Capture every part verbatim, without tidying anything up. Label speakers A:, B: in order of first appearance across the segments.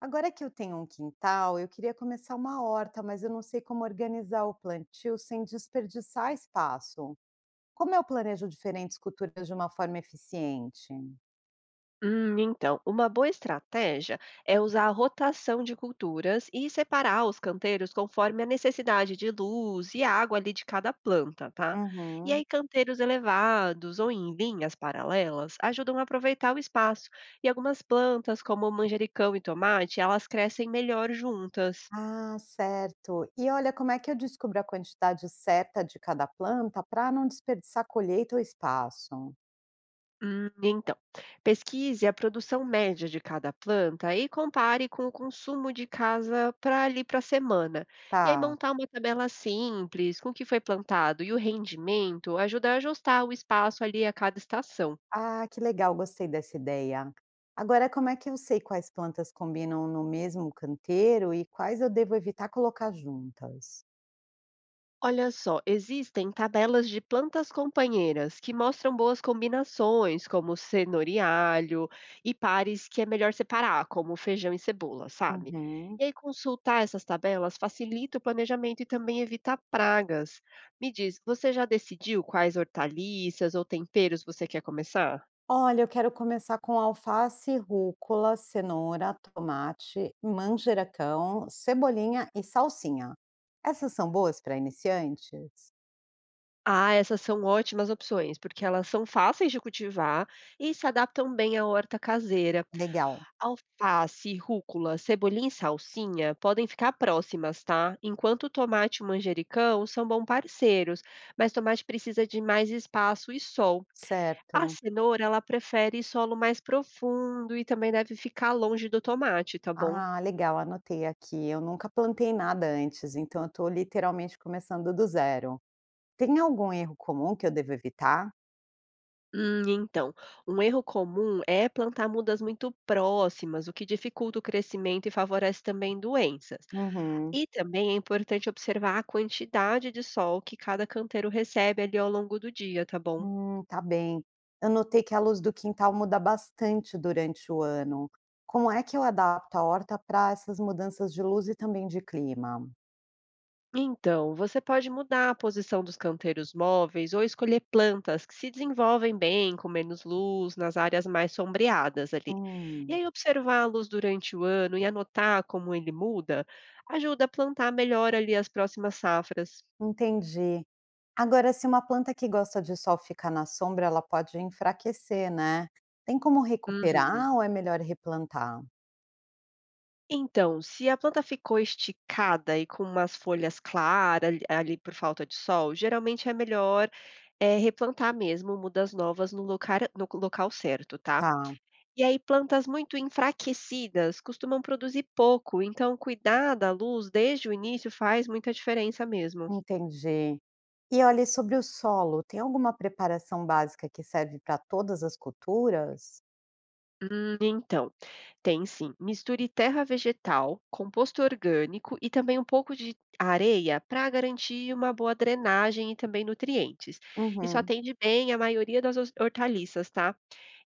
A: Agora que eu tenho um quintal, eu queria começar uma horta, mas eu não sei como organizar o plantio sem desperdiçar espaço. Como eu planejo diferentes culturas de uma forma eficiente?
B: Hum, então, uma boa estratégia é usar a rotação de culturas e separar os canteiros conforme a necessidade de luz e água ali de cada planta, tá? E
A: Uhum.
B: aí, canteiros elevados ou em linhas paralelas ajudam a aproveitar o espaço. E algumas plantas, como manjericão e tomate, elas crescem melhor juntas.
A: Ah, certo. E olha, como é que eu descubro a quantidade certa de cada planta para não desperdiçar colheita ou espaço?
B: Hum, então, Pesquise a produção média de cada planta e compare com o consumo de casa para ali para a semana. E aí
A: Tá.
B: montar uma tabela simples com o que foi plantado e o rendimento ajuda a ajustar o espaço ali a cada estação.
A: Ah, que legal, gostei dessa ideia. Agora, como é que eu sei quais plantas combinam no mesmo canteiro e quais eu devo evitar colocar juntas?
B: Olha só, existem tabelas de plantas companheiras que mostram boas combinações, como cenoura e alho, e pares que é melhor separar, como feijão e cebola, sabe?
A: Uhum.
B: E aí, consultar essas tabelas facilita o planejamento e também evita pragas. Me diz, você já decidiu quais hortaliças ou temperos você quer começar?
A: Olha, eu quero começar com alface, rúcula, cenoura, tomate, manjericão, cebolinha e salsinha. Essas são boas para iniciantes?
B: Ah, essas são ótimas opções, porque elas são fáceis de cultivar e se adaptam bem à horta caseira.
A: Legal,
B: Alface, rúcula, cebolinha e salsinha podem ficar próximas, tá? Enquanto o tomate e o manjericão são bons parceiros, mas tomate precisa de mais espaço e sol. A
A: certo.
B: cenoura, ela prefere solo mais profundo e também deve ficar longe do tomate, tá bom?
A: Ah, legal, anotei aqui. Eu nunca plantei nada antes, então eu estou literalmente começando do zero. Tem algum erro comum que eu devo evitar?
B: Hum, então, Um erro comum é plantar mudas muito próximas, o que dificulta o crescimento e favorece também doenças.
A: Uhum.
B: E também é importante observar a quantidade de sol que cada canteiro recebe ali ao longo do dia, tá bom?
A: Hum, tá bem. Eu notei que a luz do quintal muda bastante durante o ano. Como é que eu adapto a horta para essas mudanças de luz e também de clima?
B: Então, você pode mudar a posição dos canteiros móveis ou escolher plantas que se desenvolvem bem, com menos luz, nas áreas mais sombreadas ali. E
A: Hum,
B: aí, observar a luz durante o ano e anotar como ele muda ajuda a plantar melhor ali as próximas safras.
A: entendi. Agora, se uma planta que gosta de sol ficar na sombra, ela pode enfraquecer, né? Tem como
B: Uhum.
A: recuperar ou é melhor replantar?
B: Então, se a planta ficou esticada e com umas folhas claras ali ali por falta de sol, geralmente é melhor, eh, replantar mesmo mudas novas no locar no local certo, tá.
A: Tá,
B: E aí plantas muito enfraquecidas costumam produzir pouco, então cuidar da luz desde o início faz muita diferença mesmo.
A: entendi. E olha, e sobre o solo, tem alguma preparação básica que serve para todas as culturas?
B: Hum, então Tem sim. Misture terra vegetal, composto orgânico e também um pouco de areia para garantir uma boa drenagem e também nutrientes. Isso
A: Uhum.
B: atende bem a maioria das os- hortaliças, tá?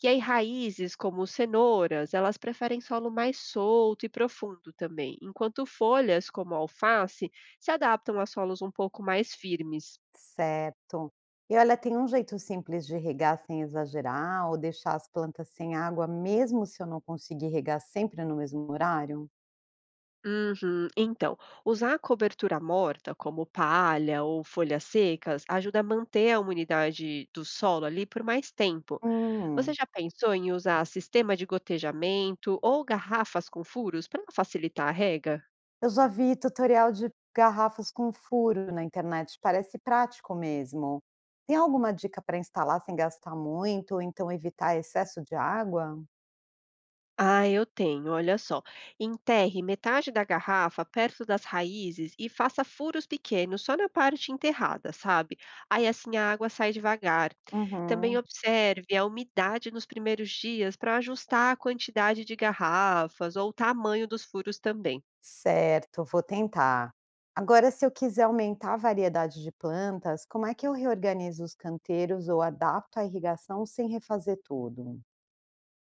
B: E aí, raízes como cenouras, elas preferem solo mais solto e profundo também, enquanto folhas como alface se adaptam a solos um pouco mais firmes.
A: Certo. E olha, tem um jeito simples de regar sem exagerar ou deixar as plantas sem água, mesmo se eu não conseguir regar sempre no mesmo horário?
B: Uhum. Então, usar cobertura morta, como palha ou folhas secas, ajuda a manter a umidade do solo ali por mais tempo. Você
A: Hum,
B: já pensou em usar sistema de gotejamento ou garrafas com furos para facilitar a rega?
A: eu já vi tutorial de garrafas com furo na internet, parece prático mesmo. Tem alguma dica para instalar sem gastar muito ou então evitar excesso de água?
B: Ah, eu tenho, olha só. Enterre metade da garrafa perto das raízes e faça furos pequenos só na parte enterrada, sabe? Aí assim a água sai devagar. Também
A: Uhum.
B: observe a umidade nos primeiros dias para ajustar a quantidade de garrafas ou o tamanho dos furos também.
A: Certo, vou tentar. Agora, se eu quiser aumentar a variedade de plantas, como é que eu reorganizo os canteiros ou adapto a irrigação sem refazer tudo?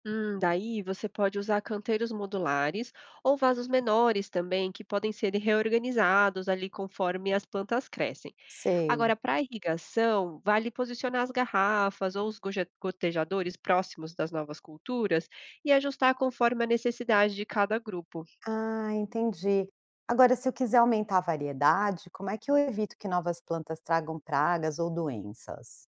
B: Hum, daí você pode usar canteiros modulares ou vasos menores também, que podem ser reorganizados ali conforme as plantas crescem.
A: Sei.
B: Agora, para irrigação, vale posicionar as garrafas ou os goje- gotejadores próximos das novas culturas e ajustar conforme a necessidade de cada grupo.
A: Ah, entendi. Agora, se eu quiser aumentar a variedade, como é que eu evito que novas plantas tragam pragas ou doenças?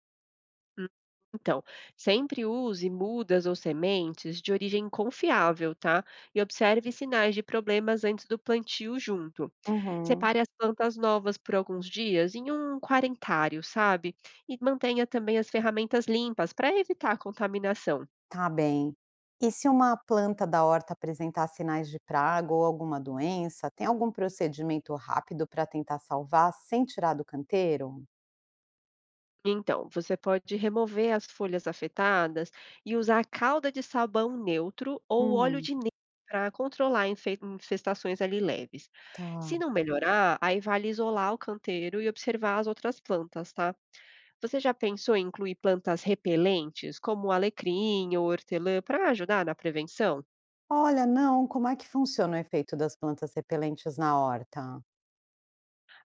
B: Hum, Então, sempre use mudas ou sementes de origem confiável, tá? E observe sinais de problemas antes do plantio junto.
A: Uhum.
B: Separe as plantas novas por alguns dias em um quarentário, sabe? E mantenha também as ferramentas limpas para evitar a contaminação.
A: Tá bem. E se uma planta da horta apresentar sinais de praga ou alguma doença, tem algum procedimento rápido para tentar salvar sem tirar do canteiro?
B: Então, você pode remover as folhas afetadas e usar calda de sabão neutro ou óleo
A: Hum.
B: de neve para controlar infe- infestações ali leves. Se
A: Tá.
B: não melhorar, aí vale isolar o canteiro e observar as outras plantas, tá? Você já pensou em incluir plantas repelentes, como alecrim ou hortelã, para ajudar na prevenção?
A: Olha, não, como é que funciona o efeito das plantas repelentes na horta?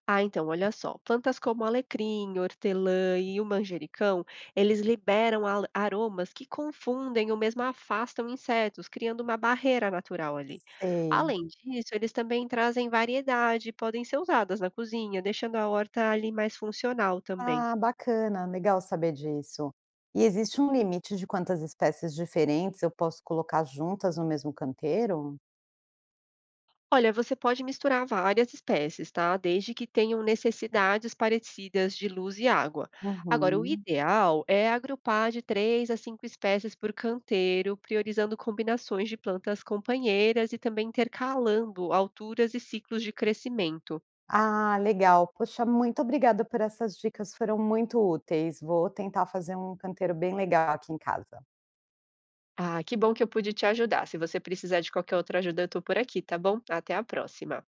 B: Ah, então, olha só. Plantas como alecrim, hortelã e o manjericão, eles liberam al- aromas que confundem ou mesmo afastam insetos, criando uma barreira natural ali.
A: Sei.
B: Além disso, eles também trazem variedade e podem ser usadas na cozinha, deixando a horta ali mais funcional também.
A: Ah, bacana, legal saber disso. E existe um limite de quantas espécies diferentes eu posso colocar juntas no mesmo canteiro?
B: Olha, você pode misturar várias espécies, tá? Desde que tenham necessidades parecidas de luz e água. Agora, o
A: Uhum.
B: ideal é agrupar de três a cinco espécies por canteiro, priorizando combinações de plantas companheiras e também intercalando alturas e ciclos de crescimento.
A: Ah, legal. Poxa, muito obrigada por essas dicas, foram muito úteis. Vou tentar fazer um canteiro bem legal aqui em casa.
B: Ah, que bom que eu pude te ajudar. Se você precisar de qualquer outra ajuda, eu tô por aqui, tá bom? Até a próxima.